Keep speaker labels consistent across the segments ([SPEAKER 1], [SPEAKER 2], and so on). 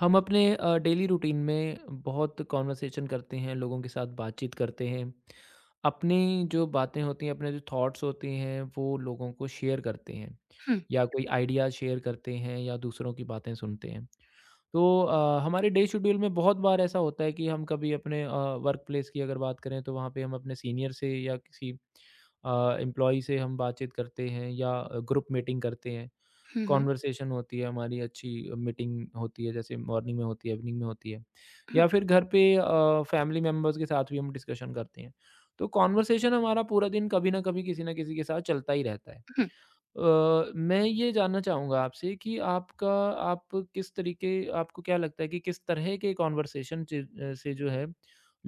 [SPEAKER 1] हम अपने daily routine में बहुत कॉन्वर्सेशन करते हैं लोगों के साथ बातचीत करते हैं अपनी जो बातें होती हैं अपने जो थॉट्स होते हैं वो लोगों को शेयर करते हैं
[SPEAKER 2] हुँ,
[SPEAKER 1] या कोई आइडिया शेयर करते हैं या दूसरों की बातें सुनते हैं। तो हमारे डे शेड्यूल में बहुत बार ऐसा होता है कि हम कभी अपने वर्क प्लेस की अगर बात करें तो वहाँ पे हम अपने सीनियर से या किसी एम्प्लॉय से हम बातचीत करते हैं या ग्रुप मीटिंग करते हैं।
[SPEAKER 2] हुँ, हुँ,
[SPEAKER 1] कॉन्वर्सेशन होती है हमारी अच्छी, मीटिंग होती है जैसे मॉर्निंग में होती है इवनिंग में होती है या
[SPEAKER 2] हुँ,
[SPEAKER 1] फिर घर पे फैमिली मेम्बर्स के साथ भी हम डिस्कशन करते हैं। तो कॉन्वर्सेशन हमारा पूरा दिन कभी ना कभी किसी ना किसी के साथ चलता ही रहता है।
[SPEAKER 2] हुँ।
[SPEAKER 1] मैं ये जानना चाहूँगा आपसे कि आपका आप किस तरीके, आपको क्या लगता है कि किस तरह के कॉन्वर्सेशन से जो है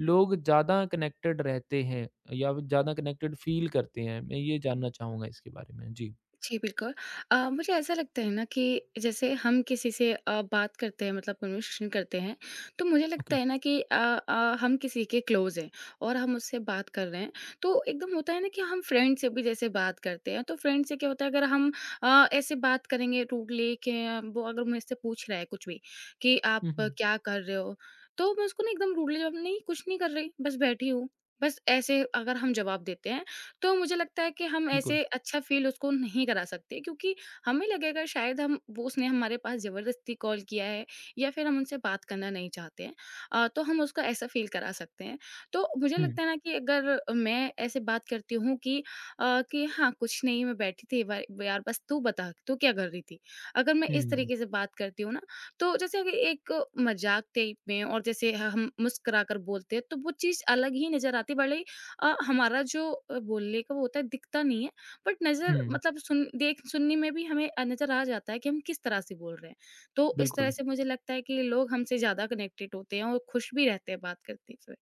[SPEAKER 1] लोग ज़्यादा कनेक्टेड रहते हैं या ज़्यादा कनेक्टेड फील करते हैं, मैं ये जानना चाहूँगा इसके बारे में। जी,
[SPEAKER 2] जी, बिल्कुल। मुझे ऐसा लगता है ना कि जैसे हम किसी से बात करते हैं, मतलब कन्वर्सेशन करते हैं। तो मुझे
[SPEAKER 1] ओके।
[SPEAKER 2] लगता है ना कि हम किसी के क्लोज़ हैं और हम उससे बात कर रहे हैं, तो एकदम होता है ना कि हम फ्रेंड से भी जैसे बात करते हैं, तो फ्रेंड से क्या होता है अगर हम ऐसे बात करेंगे रूडली कि वो अगर मुझसे पूछ रहा है कुछ भी कि, "आप
[SPEAKER 1] हम्म हम्म,
[SPEAKER 2] क्या कर रहे हो?" तो मैं उसको ना एकदम रूडली जवाब, "नहीं, कुछ नहीं कर रही, बस बैठी हूँ।" बस ऐसे अगर हम जवाब देते हैं, तो मुझे लगता है कि हम
[SPEAKER 1] बिल्कुल।
[SPEAKER 2] ऐसे अच्छा फ़ील उसको नहीं करा सकते, क्योंकि हमें लगेगा शायद हम वो उसने हमारे पास ज़बरदस्ती कॉल किया है या फिर हम उनसे बात करना नहीं चाहते हैं। तो हम उसको ऐसा फ़ील करा सकते हैं। तो मुझे लगता है ना कि अगर मैं ऐसे बात करती हूँ कि कि हाँ, कुछ नहीं मैं बैठी थी, व यार बस तू बता, तू क्या कर रही थी? अगर मैं इस
[SPEAKER 1] हुँ,
[SPEAKER 2] तरीके से बात करती हूँ ना, तो जैसे अगर एक मज़ाक टाइप में और जैसे ह हम मुस्कुराकर बोलते हैं, तो वो चीज़ अलग ही नज़र आती, भले ही हमारा जो बोलने का वो होता है दिखता नहीं है, बट नज़र
[SPEAKER 1] हुँ,
[SPEAKER 2] मतलब सुन देख सुनने में भी हमें नज़र आ जाता है कि हम किस तरह से बोल रहे हैं। तो इस तरह
[SPEAKER 1] बिल्कुल।
[SPEAKER 2] से मुझे लगता है कि लोग हमसे ज़्यादा कनेक्टेड होते हैं और खुश भी रहते हैं बात करते हुए।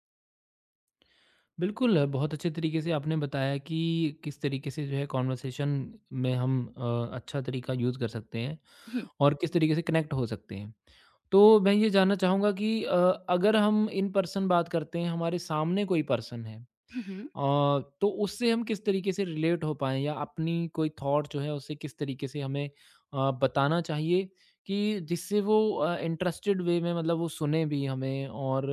[SPEAKER 1] बिल्कुल, बहुत अच्छे तरीके से आपने बताया कि किस तरीके से जो है कॉन्वर्सेशन में हम अच्छा तरीका यूज़ कर सकते हैं और किस तरीके से कनेक्ट हो सकते हैं। तो मैं ये जानना चाहूँगा कि अगर हम इन पर्सन बात करते हैं, हमारे सामने कोई पर्सन है,
[SPEAKER 2] हुँ।
[SPEAKER 1] अ, तो उससे हम किस तरीके से रिलेट हो पाएँ या अपनी कोई थॉट जो है उसे किस तरीके से हमें बताना चाहिए कि जिससे वो इंटरेस्टेड वे में मतलब वो सुने भी हमें और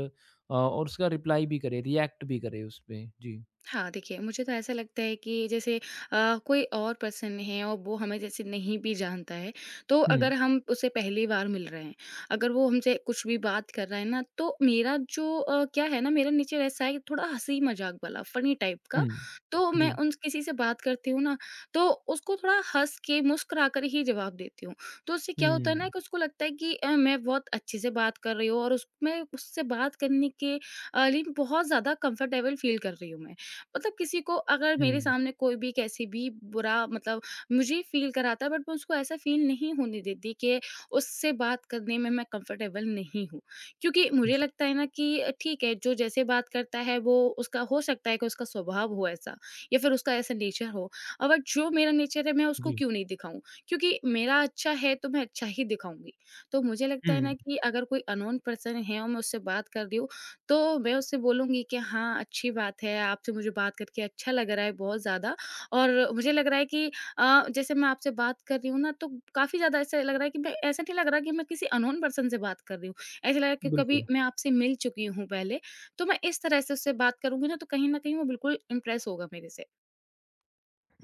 [SPEAKER 1] और उसका रिप्लाई भी करे, रिएक्ट भी करे उस पे? जी।
[SPEAKER 2] हाँ, देखिए, मुझे तो ऐसा लगता है कि जैसे कोई और पर्सन है और वो हमें जैसे नहीं भी जानता है, तो
[SPEAKER 1] हुँ,
[SPEAKER 2] अगर हम उसे पहली बार मिल रहे हैं, अगर वो हमसे कुछ भी बात कर रहा है ना, तो मेरा जो क्या है ना, मेरा नेचर ऐसा है कि थोड़ा हँसी-मज़ाक वाला, फ़नी टाइप का।
[SPEAKER 1] हुँ।
[SPEAKER 2] तो मैं
[SPEAKER 1] जी।
[SPEAKER 2] उन किसी से बात करती हूँ ना, तो उसको थोड़ा हँस के, मुस्कुरा कर ही जवाब देती हूँ। तो उससे क्या होता है ना
[SPEAKER 1] हुँ,
[SPEAKER 2] कि उसको लगता है कि मैं बहुत अच्छे से बात कर रही हूँ और उस मैं उससे बात करने के लिए बहुत ज़्यादा कम्फ़र्टेबल फ़ील कर रही हूँ मैं। मतलब किसी को अगर मेरे
[SPEAKER 1] हुँ।
[SPEAKER 2] सामने कोई भी कैसे भी बुरा मतलब मुझे फील कराता है, बट मैं उसको ऐसा फील नहीं होने देती कि उससे बात करने में मैं कंफर्टेबल नहीं हूँ, क्योंकि मुझे
[SPEAKER 1] जी,
[SPEAKER 2] लगता है ना कि ठीक है, जो जैसे बात करता है वो, उसका हो सकता है कि उसका स्वभाव हो ऐसा या फिर उसका ऐसा नेचर हो। अगर जो मेरा नेचर है मैं उसको
[SPEAKER 1] जी।
[SPEAKER 2] क्यों नहीं दिखाऊं? क्योंकि मेरा अच्छा है, तो मैं अच्छा ही दिखाऊंगी। तो मुझे लगता है ना
[SPEAKER 1] हुँ,
[SPEAKER 2] कि अगर कोई अनोन पर्सन है और मैं उससे बात कर रही हूँ, तो मैं उससे बोलूँगी कि हाँ, अच्छी बात है, आपसे मुझे बात करके अच्छा लग रहा है बहुत ज़्यादा। और मुझे लग रहा है कि जैसे मैं आपसे बात कर रही हूँ ना, तो काफ़ी ज़्यादा ऐसा लग रहा है कि मैं, ऐसा नहीं लग रहा कि मैं किसी अननोन पर्सन से बात कर रही हूँ। ऐसा लग रहा है कि कभी
[SPEAKER 1] बिल्कुल।
[SPEAKER 2] मैं आपसे मिल चुकी हूँ पहले। तो मैं इस तरह से उससे बात करूँगी ना, तो कहीं न कहीं वो बिल्कुल इम्प्रेस होगा मेरे से।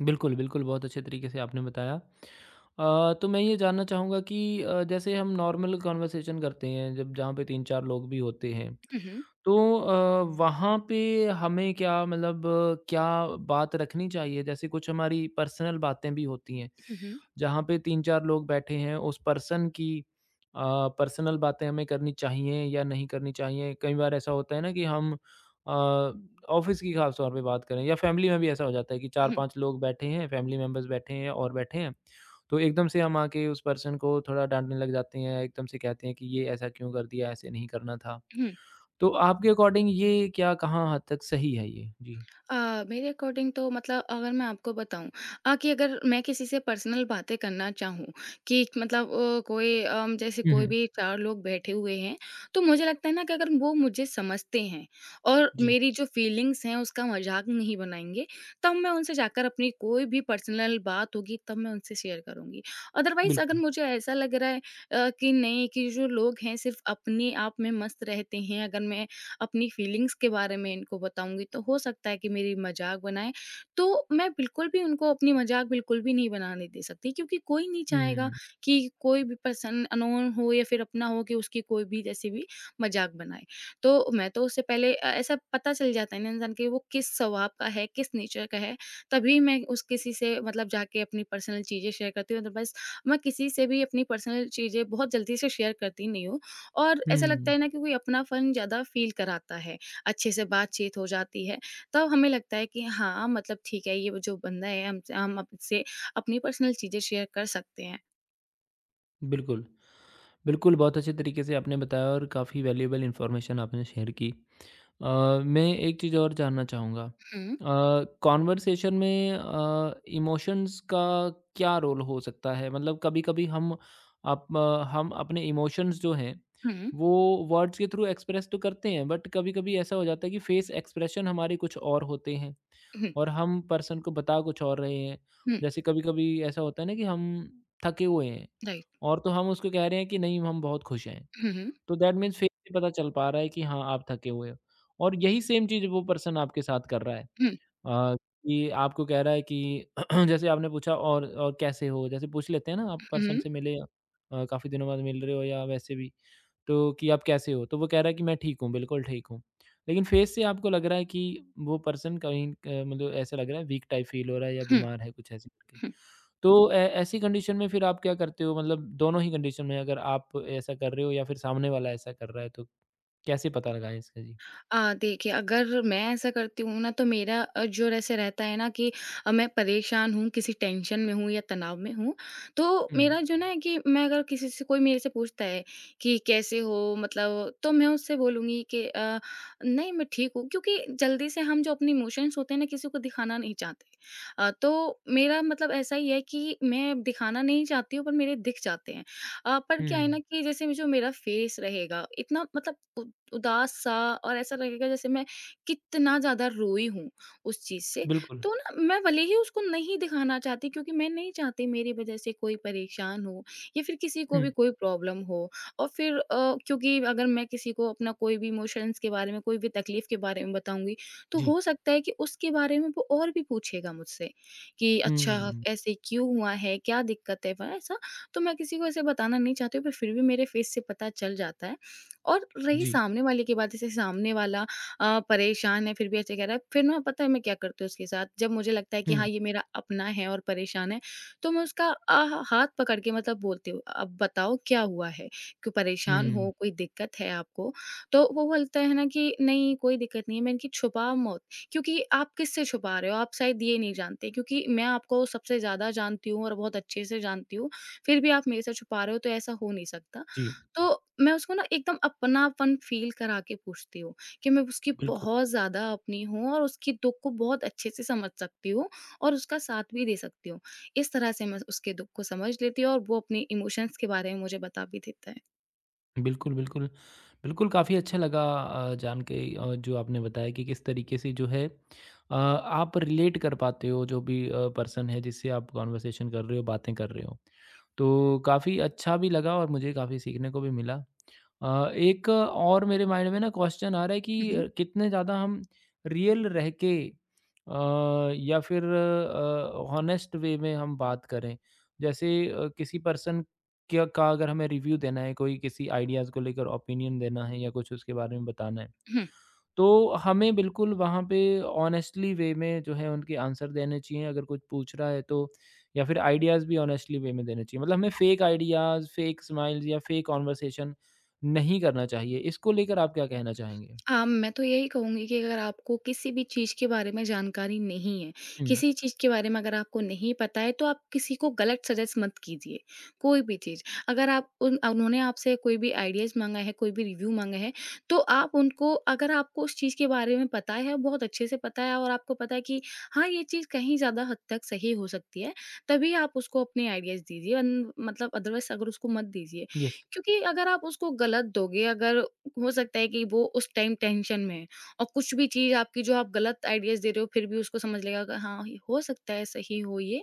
[SPEAKER 1] बिल्कुल, बिल्कुल, बहुत अच्छे तरीके से आपने बताया। तो मैं ये जानना चाहूँगा कि जैसे हम नॉर्मल कन्वर्सेशन करते हैं जब जहाँ पे 3-4 लोग भी होते हैं,
[SPEAKER 2] हुँ, हुँ।
[SPEAKER 1] तो वहाँ पे हमें क्या मतलब क्या बात रखनी चाहिए? जैसे कुछ हमारी पर्सनल बातें भी होती हैं,
[SPEAKER 2] हुँ, हुँ।
[SPEAKER 1] जहाँ पे 3-4 लोग बैठे हैं उस पर्सन की अ, पर्सनल बातें हमें करनी चाहिए या नहीं करनी चाहिए? कई बार ऐसा होता है ना कि हम अ, ऑफ़िस की ख़ास तौर पे बात करें या फ़ैमिली में भी ऐसा हो जाता है कि
[SPEAKER 2] हुँ,
[SPEAKER 1] 4-5 लोग बैठे हैं, फ़ैमिली मेंबर्स बैठे हैं और बैठे हैं, तो एकदम से हम आके उस पर्सन को थोड़ा डाँटने लग जाते हैं, एकदम से कहते हैं कि ये ऐसा क्यों कर दिया, ऐसे नहीं करना था।
[SPEAKER 2] हुँ।
[SPEAKER 1] तो आपके अकॉर्डिंग ये क्या कहाँ हद तक सही है ये? जी।
[SPEAKER 2] मेरे अकॉर्डिंग तो, मतलब अगर मैं आपको बताऊँ कि अगर मैं किसी से पर्सनल बातें करना चाहूँ कि मतलब कोई जैसे
[SPEAKER 1] हुँ,
[SPEAKER 2] कोई
[SPEAKER 1] हुँ।
[SPEAKER 2] भी 4 लोग बैठे हुए हैं, तो मुझे लगता है ना कि अगर वो मुझे समझते हैं और
[SPEAKER 1] जी,
[SPEAKER 2] मेरी जो फीलिंग्स हैं उसका मज़ाक नहीं बनाएँगे, तब मैं उनसे जाकर अपनी कोई भी पर्सनल बात होगी तब मैं उनसे शेयर करूँगी। अदरवाइज़ अगर
[SPEAKER 1] बिल्कुल।
[SPEAKER 2] मुझे ऐसा लग रहा है कि नहीं, कि जो लोग हैं सिर्फ़ अपने आप में मस्त रहते हैं, अगर मैं अपनी फीलिंग्स के बारे में इनको बताऊँगी तो हो सकता है कि मेरी मज़ाक बनाएँ। तो मैं बिल्कुल भी उनको अपनी मज़ाक बिल्कुल भी नहीं बनाने दे सकती, क्योंकि कोई नहीं चाहेगा
[SPEAKER 1] हुँ,
[SPEAKER 2] कि कोई भी पर्सन, अननोन हो या फिर अपना हो, कि उसकी कोई भी जैसी भी मज़ाक बनाए। तो मैं तो उससे पहले ऐसा पता चल जाता है ना इंसान कि वो किस स्वभाव का है, किस नेचर का है, तभी मैं उस किसी से मतलब जाके अपनी पर्सनल चीज़ें शेयर करती हूँ। अदरवाइज़ मैं किसी से भी अपनी पर्सनल चीज़ें बहुत जल्दी से शेयर करती नहीं हूँ। और ऐसा लगता
[SPEAKER 1] हुँ।
[SPEAKER 2] है ना कि कोई अपनापन ज़्यादा फ़ील कराता है, अच्छे से बातचीत हो जाती है, तब हमें लगता है कि हाँ, मतलब ठीक है, ये जो बंदा है हमसे, हम आपसे अपनी पर्सनल चीज़ें शेयर कर सकते हैं।
[SPEAKER 1] बिल्कुल, बिल्कुल, बहुत अच्छे तरीके से आपने बताया और काफ़ी वैल्युएबल इन्फॉर्मेशन आपने शेयर की। मैं एक चीज़ और जानना चाहूँगा,
[SPEAKER 2] हुँ,
[SPEAKER 1] कॉन्वर्सेशन में इमोशंस का क्या रोल हो सकता है, मतलब कभी-कभी हम अप हम अपने इमोशंस जो हैं
[SPEAKER 2] हुँ।
[SPEAKER 1] वो वर्ड्स के थ्रू एक्सप्रेस तो करते हैं बट कभी-कभी ऐसा हो जाता है कि फेस एक्सप्रेशन हमारे कुछ और होते हैं
[SPEAKER 2] हुँ,
[SPEAKER 1] और हम पर्सन को बता कुछ और रहे हैं।
[SPEAKER 2] हुँ,
[SPEAKER 1] जैसे कभी-कभी ऐसा होता है ना कि हम थके हुए हैं
[SPEAKER 2] राइट।
[SPEAKER 1] और तो हम उसको कह रहे हैं कि नहीं हम बहुत खुश हैं।
[SPEAKER 2] हुँ, हुँ,
[SPEAKER 1] तो दैट मीन्स फेस से पता चल पा रहा है कि हाँ, आप थके हुए हो और यही सेम चीज़ वो पर्सन आपके साथ कर रहा है,
[SPEAKER 2] हुँ,
[SPEAKER 1] कि आपको कह रहा है कि जैसे आपने पूछा, और कैसे हो? जैसे पूछ लेते हैं ना, आप पर्सन
[SPEAKER 2] हुँ,
[SPEAKER 1] से मिले काफ़ी दिनों बाद मिल रहे हो या वैसे भी, तो कि आप कैसे हो? तो वो कह रहा है कि मैं ठीक हूँ, बिल्कुल ठीक हूँ। लेकिन फेस से आपको लग रहा है कि वो पर्सन कहीं मतलब ऐसा लग रहा है वीक टाइप फ़ील हो रहा है या
[SPEAKER 2] हुँ।
[SPEAKER 1] बीमार है, कुछ ऐसे करके। तो ऐ ऐसी कंडीशन में फिर आप क्या करते हो? मतलब दोनों ही कंडीशन में अगर आप ऐसा कर रहे हो या फिर सामने वाला ऐसा कर रहा है, तो कैसे पता लगाएँ इसका? जी।
[SPEAKER 2] देखिए, अगर मैं ऐसा करती हूँ ना तो मेरा जो ऐसे रहता है ना कि मैं परेशान हूँ, किसी टेंशन में हूँ या तनाव में हूँ, तो
[SPEAKER 1] हुँ,
[SPEAKER 2] मेरा जो ना है कि मैं, अगर किसी से कोई मेरे से पूछता है कि कैसे हो? मतलब तो मैं उससे बोलूँगी कि नहीं, मैं ठीक हूँ, क्योंकि जल्दी से हम, जो अपने इमोशंस होते हैं ना, किसी को दिखाना नहीं चाहते। तो मेरा मतलब ऐसा ही है कि मैं दिखाना नहीं चाहती हूँ, पर मेरे दिख जाते हैं। पर क्या है
[SPEAKER 1] हुँ,
[SPEAKER 2] ना कि जैसे जो मेरा फेस रहेगा, इतना मतलब उदास सा, और ऐसा लगेगा जैसे मैं कितना ज्यादा रोई हूँ उस चीज से।
[SPEAKER 1] बिल्कुल।
[SPEAKER 2] तो ना, मैं भले ही उसको नहीं दिखाना चाहती, क्योंकि मैं नहीं चाहती मेरी वजह से कोई परेशान हो या फिर किसी को
[SPEAKER 1] हुँ,
[SPEAKER 2] भी कोई प्रॉब्लम हो। और फिर क्योंकि अगर मैं किसी को अपना कोई भी इमोशंस के बारे में, कोई भी तकलीफ के बारे में बताऊंगी, तो
[SPEAKER 1] जी।
[SPEAKER 2] हो सकता है कि उसके बारे में वो और भी पूछेगा मुझसे कि अच्छा
[SPEAKER 1] हुँ,
[SPEAKER 2] ऐसे क्यों हुआ है, क्या दिक्कत है वह। तो मैं किसी को ऐसे बताना नहीं चाहती हूँ, पर फिर भी मेरे फेस से पता चल जाता है। और रही
[SPEAKER 1] जी।
[SPEAKER 2] सामने वाले की बात, जैसे सामने वाला परेशान है फिर भी ऐसे कह रहा है, फिर ना पता है मैं क्या करती हूँ उसके साथ? जब मुझे लगता है कि
[SPEAKER 1] हुँ,
[SPEAKER 2] हाँ, ये मेरा अपना है और परेशान है, तो मैं उसका हाथ पकड़ के मतलब बोलती हूँ, अब बताओ क्या हुआ है, क्यों परेशान
[SPEAKER 1] हुँ,
[SPEAKER 2] हो, कोई दिक्कत है आपको? तो वो बोलता है ना कि नहीं, कोई दिक्कत नहीं है, मैं इनकी छुपा मौत। क्योंकि आप किससे छुपा रहे हो, आप शायद ये नहीं जानते, क्योंकि मैं आपको सबसे ज्यादा जानती हूँ और बहुत अच्छे से जानती हूँ, फिर भी आप मेरे से छुपा रहे हो, तो ऐसा हो नहीं सकता।
[SPEAKER 1] जी,
[SPEAKER 2] तो मैं उसको ना एकदम अपनापन फ़ील करा के पूछती हूँ कि मैं उसकी
[SPEAKER 1] बिल्कुल।
[SPEAKER 2] बहुत ज़्यादा अपनी हूँ और उसकी दुःख को बहुत अच्छे से समझ सकती हूँ और उसका साथ भी दे सकती हूँ। इस तरह से मैं उसके दुःख को समझ लेती हूँ और वो अपने इमोशंस के बारे में मुझे बता भी देता है।
[SPEAKER 1] बिल्कुल, बिल्कुल। बिल्कुल, काफ़ी अच्छा लगा जान के जो आपने बताया कि किस तरीके से जो है आप रिलेट कर पाते हो जो भी पर्सन है जिससे आप कन्वर्सेशन कर रहे हो, बातें कर रहे हो। तो काफ़ी अच्छा भी लगा और मुझे काफ़ी सीखने को भी मिला। एक और मेरे माइंड में ना क्वेश्चन आ रहा है
[SPEAKER 2] हुँ,
[SPEAKER 1] कि
[SPEAKER 2] हुँ।
[SPEAKER 1] कितने ज़्यादा हम रियल रह के या फिर हॉनेस्ट वे में हम बात करें, जैसे किसी पर्सन क्या का अगर हमें रिव्यू देना है कोई किसी आइडियाज़ को लेकर ओपिनियन देना है या कुछ उसके बारे में बताना है,
[SPEAKER 2] हुँ।
[SPEAKER 1] तो हमें बिल्कुल वहाँ पे ऑनेस्टली वे में जो है उनके आंसर देने चाहिए अगर कुछ पूछ रहा है तो, या फिर आइडियाज़ भी ऑनेस्टली वे में देने चाहिए। मतलब हमें फेक आइडियाज़, फेक स्माइल्स या फेक कन्वर्सेशन नहीं करना चाहिए। इसको लेकर आप क्या कहना चाहेंगे?
[SPEAKER 2] मैं तो यही कहूँगी कि अगर आपको किसी भी चीज़ के बारे में जानकारी नहीं है,
[SPEAKER 1] हुँ,
[SPEAKER 2] किसी चीज़ के बारे में अगर आपको नहीं पता है, तो आप किसी को गलत सजेस्ट मत कीजिए, कोई भी चीज़। अगर आप उन उन्होंने आपसे कोई भी आइडियाज़ माँगा है, कोई भी रिव्यू माँगा है, तो आप उनको, अगर आपको उस चीज़ के बारे में पता है, बहुत अच्छे से पता है और आपको पता है कि हाँ, ये चीज़ कहीं ज़्यादा हद तक सही हो सकती है, तभी आप उसको अपने आइडियाज़ दीजिए। अन मतलब अदरवाइज़ अगर उसको मत दीजिए।
[SPEAKER 1] येस।
[SPEAKER 2] क्योंकि अगर आप उसको गलत दोगे, अगर हो सकता है कि वो उस टाइम टेंशन में है और कुछ भी चीज़ आपकी, जो आप गलत आइडियाज़ दे रहे हो, फिर भी उसको समझ लेगा कि हाँ, हो सकता है सही हो ये,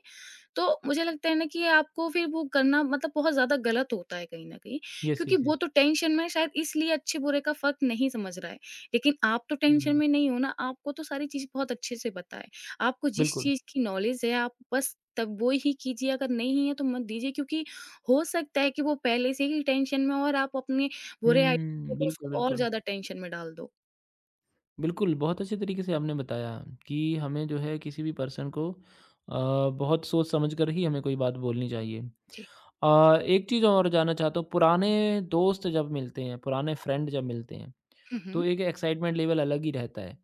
[SPEAKER 2] तो मुझे लगता है ना कि आपको फिर वो करना मतलब बहुत ज़्यादा गलत होता है कहीं न कहीं,
[SPEAKER 1] येस,
[SPEAKER 2] क्योंकि
[SPEAKER 1] येस,
[SPEAKER 2] वो
[SPEAKER 1] येस।
[SPEAKER 2] तो टेंशन में शायद इसलिए अच्छे-बुरे का फ़र्क नहीं समझ रहा है। लेकिन आप तो टेंशन
[SPEAKER 1] हुँ,
[SPEAKER 2] में नहीं हो ना, आपको तो सारी चीज़ बहुत अच्छे से पता है। आपको जिस
[SPEAKER 1] बिल्कुल।
[SPEAKER 2] चीज़ की नॉलेज है आप बस तब वो ही कीजिए, अगर नहीं है तो मत दीजिए, क्योंकि हो सकता है कि वो पहले से ही टेंशन में हो और आप अपने बुरे आइडिया
[SPEAKER 1] हुँ,
[SPEAKER 2] को
[SPEAKER 1] बिल्कुल,
[SPEAKER 2] उसको और
[SPEAKER 1] बिल्कुल।
[SPEAKER 2] ज़्यादा टेंशन में डाल दो।
[SPEAKER 1] बिल्कुल, बहुत अच्छे तरीके से आपने बताया कि हमें जो है किसी भी पर्सन को बहुत सोच-समझ कर ही हमें कोई बात बोलनी चाहिए।
[SPEAKER 2] जी।
[SPEAKER 1] एक चीज़ और जानना चाहता हूँ, पुराने दोस्त जब मिलते हैं, पुराने फ्रेंड जब मिलते हैं,
[SPEAKER 2] हुँ,
[SPEAKER 1] तो
[SPEAKER 2] हुँ।
[SPEAKER 1] एक एक्साइटमेंट लेवल अलग ही रहता है।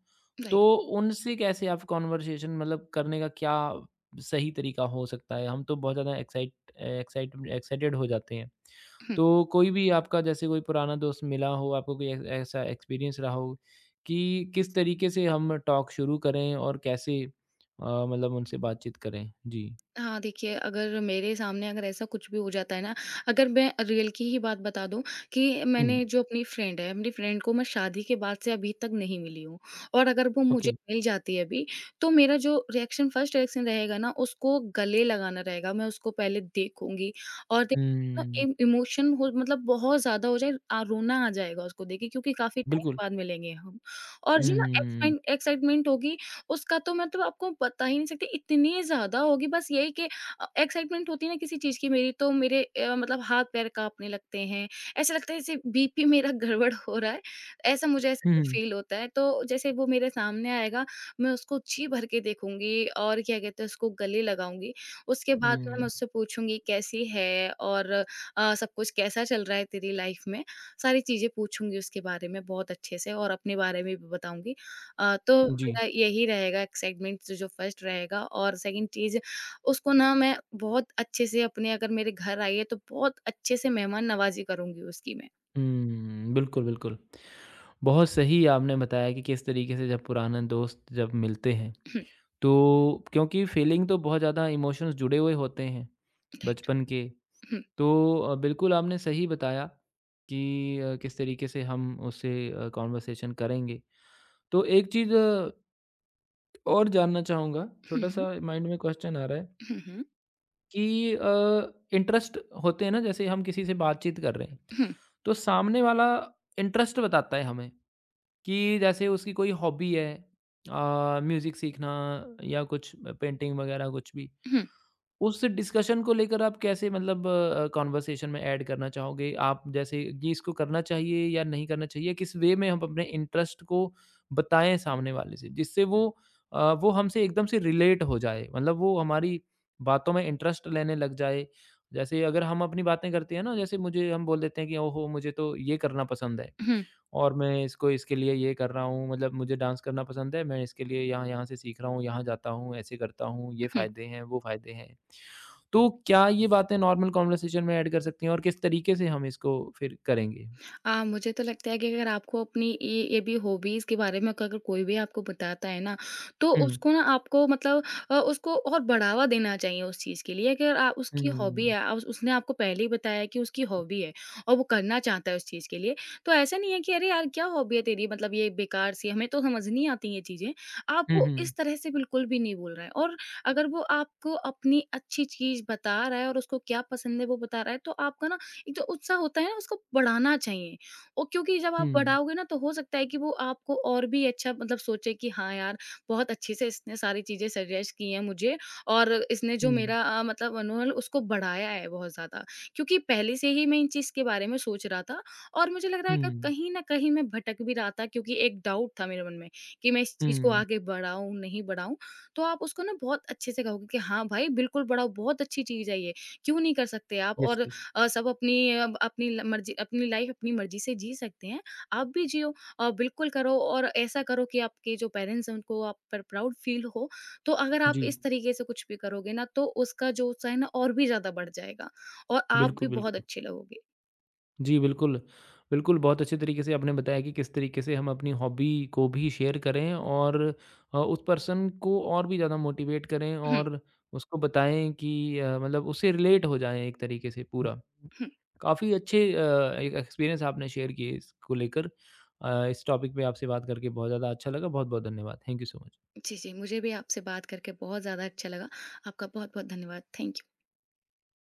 [SPEAKER 2] राइट।
[SPEAKER 1] तो उनसे कैसे आप कन्वर्सेशन मतलब करने का क्या सही तरीका हो सकता है? हम तो बहुत ज़्यादा एक्साइट एक्साइट एक्साइटेड हो जाते हैं।
[SPEAKER 2] हुँ।
[SPEAKER 1] तो कोई भी आपका जैसे कोई पुराना दोस्त मिला हो, आपको कोई ऐ ऐसा एक्सपीरियंस रहा हो कि किस तरीके से हम टॉक शुरू करें और कैसे मतलब उनसे बातचीत करें? जी।
[SPEAKER 2] हाँ, देखिए, अगर मेरे सामने अगर ऐसा कुछ भी हो जाता है ना, अगर मैं रियल की ही बात बता दूँ कि
[SPEAKER 1] हुँ,
[SPEAKER 2] मैंने जो अपनी फ्रेंड है, अपनी फ्रेंड को मैं शादी के बाद से अभी तक नहीं मिली हूँ, और अगर वो
[SPEAKER 1] ओके।
[SPEAKER 2] मुझे मिल जाती है अभी, तो मेरा जो रिएक्शन फर्स्ट रिएक्शन रहेगा ना, उसको गले लगाना रहेगा। मैं उसको पहले देखूँगी। और देखिए ना,
[SPEAKER 1] हुँ,
[SPEAKER 2] इम इमोशन हो, मतलब बहुत ज़्यादा हो जाए, रोना आ जाएगा उसको देख के, क्योंकि काफ़ी टाइम
[SPEAKER 1] बिल्कुल।
[SPEAKER 2] बाद मिलेंगे हम। और जो ना
[SPEAKER 1] हुँ,
[SPEAKER 2] एक्सपेन एक्साइटमेंट होगी उसका तो, मतलब आपको बता ही नहीं सकती, इतनी ज़्यादा होगी। बस यही कि एक्साइटमेंट होती है ना किसी चीज़ की, मेरी तो, मेरे मतलब हाथ पैर काँपने लगते हैं। ऐसा लगता है जैसे बीपी मेरा गड़बड़ हो रहा है, ऐसा मुझे, ऐसा
[SPEAKER 1] हुँ,
[SPEAKER 2] कुछ
[SPEAKER 1] हुँ,
[SPEAKER 2] फ़ील होता है। तो जैसे वो मेरे सामने आएगा, मैं उसको जी भर के देखूँगी, और क्या कहते हैं, उसको गले लगाऊँगी। उसके बाद में मैं
[SPEAKER 1] हुँ,
[SPEAKER 2] उससे पूछूँगी कैसी है, और सब कुछ कैसा चल रहा है तेरी लाइफ़ में? सारी चीज़ें पूछूँगी उसके बारे में बहुत अच्छे से, और अपने बारे में भी बताऊँगी। तो
[SPEAKER 1] जी।
[SPEAKER 2] मेरा यही रहेगा एक्साइटमेंट, जो जो फर्स्ट रहेगा। और सेकंड चीज़, उसको ना मैं बहुत अच्छे से अपने, अगर मेरे घर आई है तो, बहुत अच्छे से मेहमान नवाज़ी करूँगी उसकी मैं।
[SPEAKER 1] हुँ, बिल्कुल, बिल्कुल। बहुत सही आपने बताया कि किस तरीके से जब पुराने दोस्त जब मिलते हैं, तो क्योंकि फीलिंग तो बहुत ज़्यादा इमोशंस जुड़े हुए होते हैं
[SPEAKER 2] राइट।
[SPEAKER 1] बचपन के। तो बिल्कुल आपने सही बताया कि किस तरीके से हम उससे कॉन्वर्सेशन करेंगे। तो एक चीज़ और जानना चाहूँगा, छोटा-सा माइंड में क्वेश्चन आ रहा है कि इंटरेस्ट होते हैं ना, जैसे हम किसी से बातचीत कर रहे हैं, तो सामने वाला इंटरेस्ट बताता है हमें। कि जैसे उसकी कोई हॉबी है, म्यूज़िक सीखना या कुछ पेंटिंग वगैरह कुछ भी। उस डिस्कशन को लेकर आप कैसे मतलब कन्वर्सेशन में ऐड करना चाहोगे? आप जैसे ये इसको करना चाहिए या नहीं करना चाहिए? किस वे में हम अपने इंटरेस्ट को बताएँ सामने वाले से जिससे वो वो हमसे एकदम से रिलेट हो जाए, मतलब वो हमारी बातों में इंटरेस्ट लेने लग जाए। जैसे अगर हम अपनी बातें करते हैं ना, जैसे मुझे हम बोल देते हैं कि ओहो! मुझे तो ये करना पसंद है। और मैं इसको इसके लिए ये कर रहा हूँ, मतलब मुझे डांस करना पसंद है, मैं इसके लिए यहाँ-यहाँ से सीख रहा हूँ, यहाँ जाता हूँ, ऐसे करता हूँ, ये फ़ायदे हैं, वो फ़ायदे हैं। तो क्या ये बातें नॉर्मल कन्वर्सेशन में ऐड कर सकती हैं और किस तरीके से हम इसको फिर करेंगे?
[SPEAKER 2] मुझे तो लगता है कि अगर आपको अपनी ये भी हॉबीज़ के बारे में अगर कोई भी आपको बताता है ना, तो
[SPEAKER 1] हुँ,
[SPEAKER 2] उसको ना आपको मतलब, उसको और बढ़ावा देना चाहिए उस चीज़ के लिए। अगर आ उसकी हॉबी है,
[SPEAKER 1] हुँ,
[SPEAKER 2] उस उसने आपको पहले ही बताया है कि उसकी हॉबी है, और वो करना चाहता है उस चीज़ के लिए, तो ऐसा नहीं है कि अरे यार, क्या हॉबी है तेरी? मतलब ये बेकार सी है, हमें तो समझ नहीं आती ये चीज़ें।
[SPEAKER 1] हुँ,
[SPEAKER 2] आपको
[SPEAKER 1] हुँ,
[SPEAKER 2] इस तरह से बिल्कुल भी नहीं बोल रहा है। और अगर वो आपको अपनी अच्छी चीज़ बता रहा है, और उसको क्या पसंद है वो बता रहा है, तो आपका ना एक जो उत्साह होता है ना, उसको बढ़ाना चाहिए। और क्योंकि जब आप
[SPEAKER 1] हुँ,
[SPEAKER 2] बढ़ाओगे ना, तो हो सकता है कि वो आपको और भी अच्छा, मतलब सोचे कि हाँ यार, बहुत अच्छे से इसने सारी चीजें सजेस्ट की हैं मुझे, और इसने जो
[SPEAKER 1] हुँ,
[SPEAKER 2] मेरा मतलब मनोबल, उसको बढ़ाया है बहुत ज्यादा। क्योंकि पहले से ही मैं इन चीज के बारे में सोच रहा था, और मुझे लग रहा है कि
[SPEAKER 1] हुँ,
[SPEAKER 2] कहीं ना कहीं मैं भटक भी रहा था, क्योंकि एक डाउट था मेरे मन में कि मैं इस चीज को
[SPEAKER 1] हुँ,
[SPEAKER 2] आगे बढ़ाऊं नहीं बढ़ाऊं। तो आप उसको ना बहुत अच्छे से कहोगे कि हाँ भाई, बिल्कुल बढ़ाओ, बहुत अच्छी चीज है ये, क्यों नहीं कर सकते आप।
[SPEAKER 1] यस,
[SPEAKER 2] और
[SPEAKER 1] यस।
[SPEAKER 2] सब अपनी अपनी ल मर्ज़ी, अपनी लाइफ़ अपनी मर्ज़ी से जी सकते हैं। आप भी जियो, बिल्कुल करो, और ऐसा करो कि आपके जो पेरेंट्स हैं उनको आप पर प्राउड फ़ील हो। तो अगर आप
[SPEAKER 1] जी,
[SPEAKER 2] इस तरीके से कुछ भी करोगे ना, तो उसका जो उत्साह है ना और भी ज़्यादा बढ़ जाएगा, और आप भी
[SPEAKER 1] बिल्कुल,
[SPEAKER 2] बहुत
[SPEAKER 1] बिल्कुल।
[SPEAKER 2] अच्छे लगोगे।
[SPEAKER 1] जी, बिल्कुल। बिल्कुल, बहुत अच्छे तरीके से आपने बताया कि किस तरीके से हम अपनी हॉबी को भी शेयर करें और उस पर्सन को और भी ज़्यादा मोटिवेट करें
[SPEAKER 2] हुँ,
[SPEAKER 1] और उसको बताएँ कि मतलब उससे रिलेट हो जाएँ एक तरीके से पूरा।
[SPEAKER 2] हुँ।
[SPEAKER 1] काफ़ी अच्छे एक एक्सपीरियंस आपने शेयर किए इसको लेकर। इस टॉपिक पे आपसे बात करके बहुत ज़्यादा अच्छा लगा। बहुत-बहुत धन्यवाद। Thank you so much.
[SPEAKER 2] जी, जी। मुझे भी आपसे बात करके बहुत ज़्यादा अच्छा लगा। आपका बहुत-बहुत धन्यवाद। Thank you.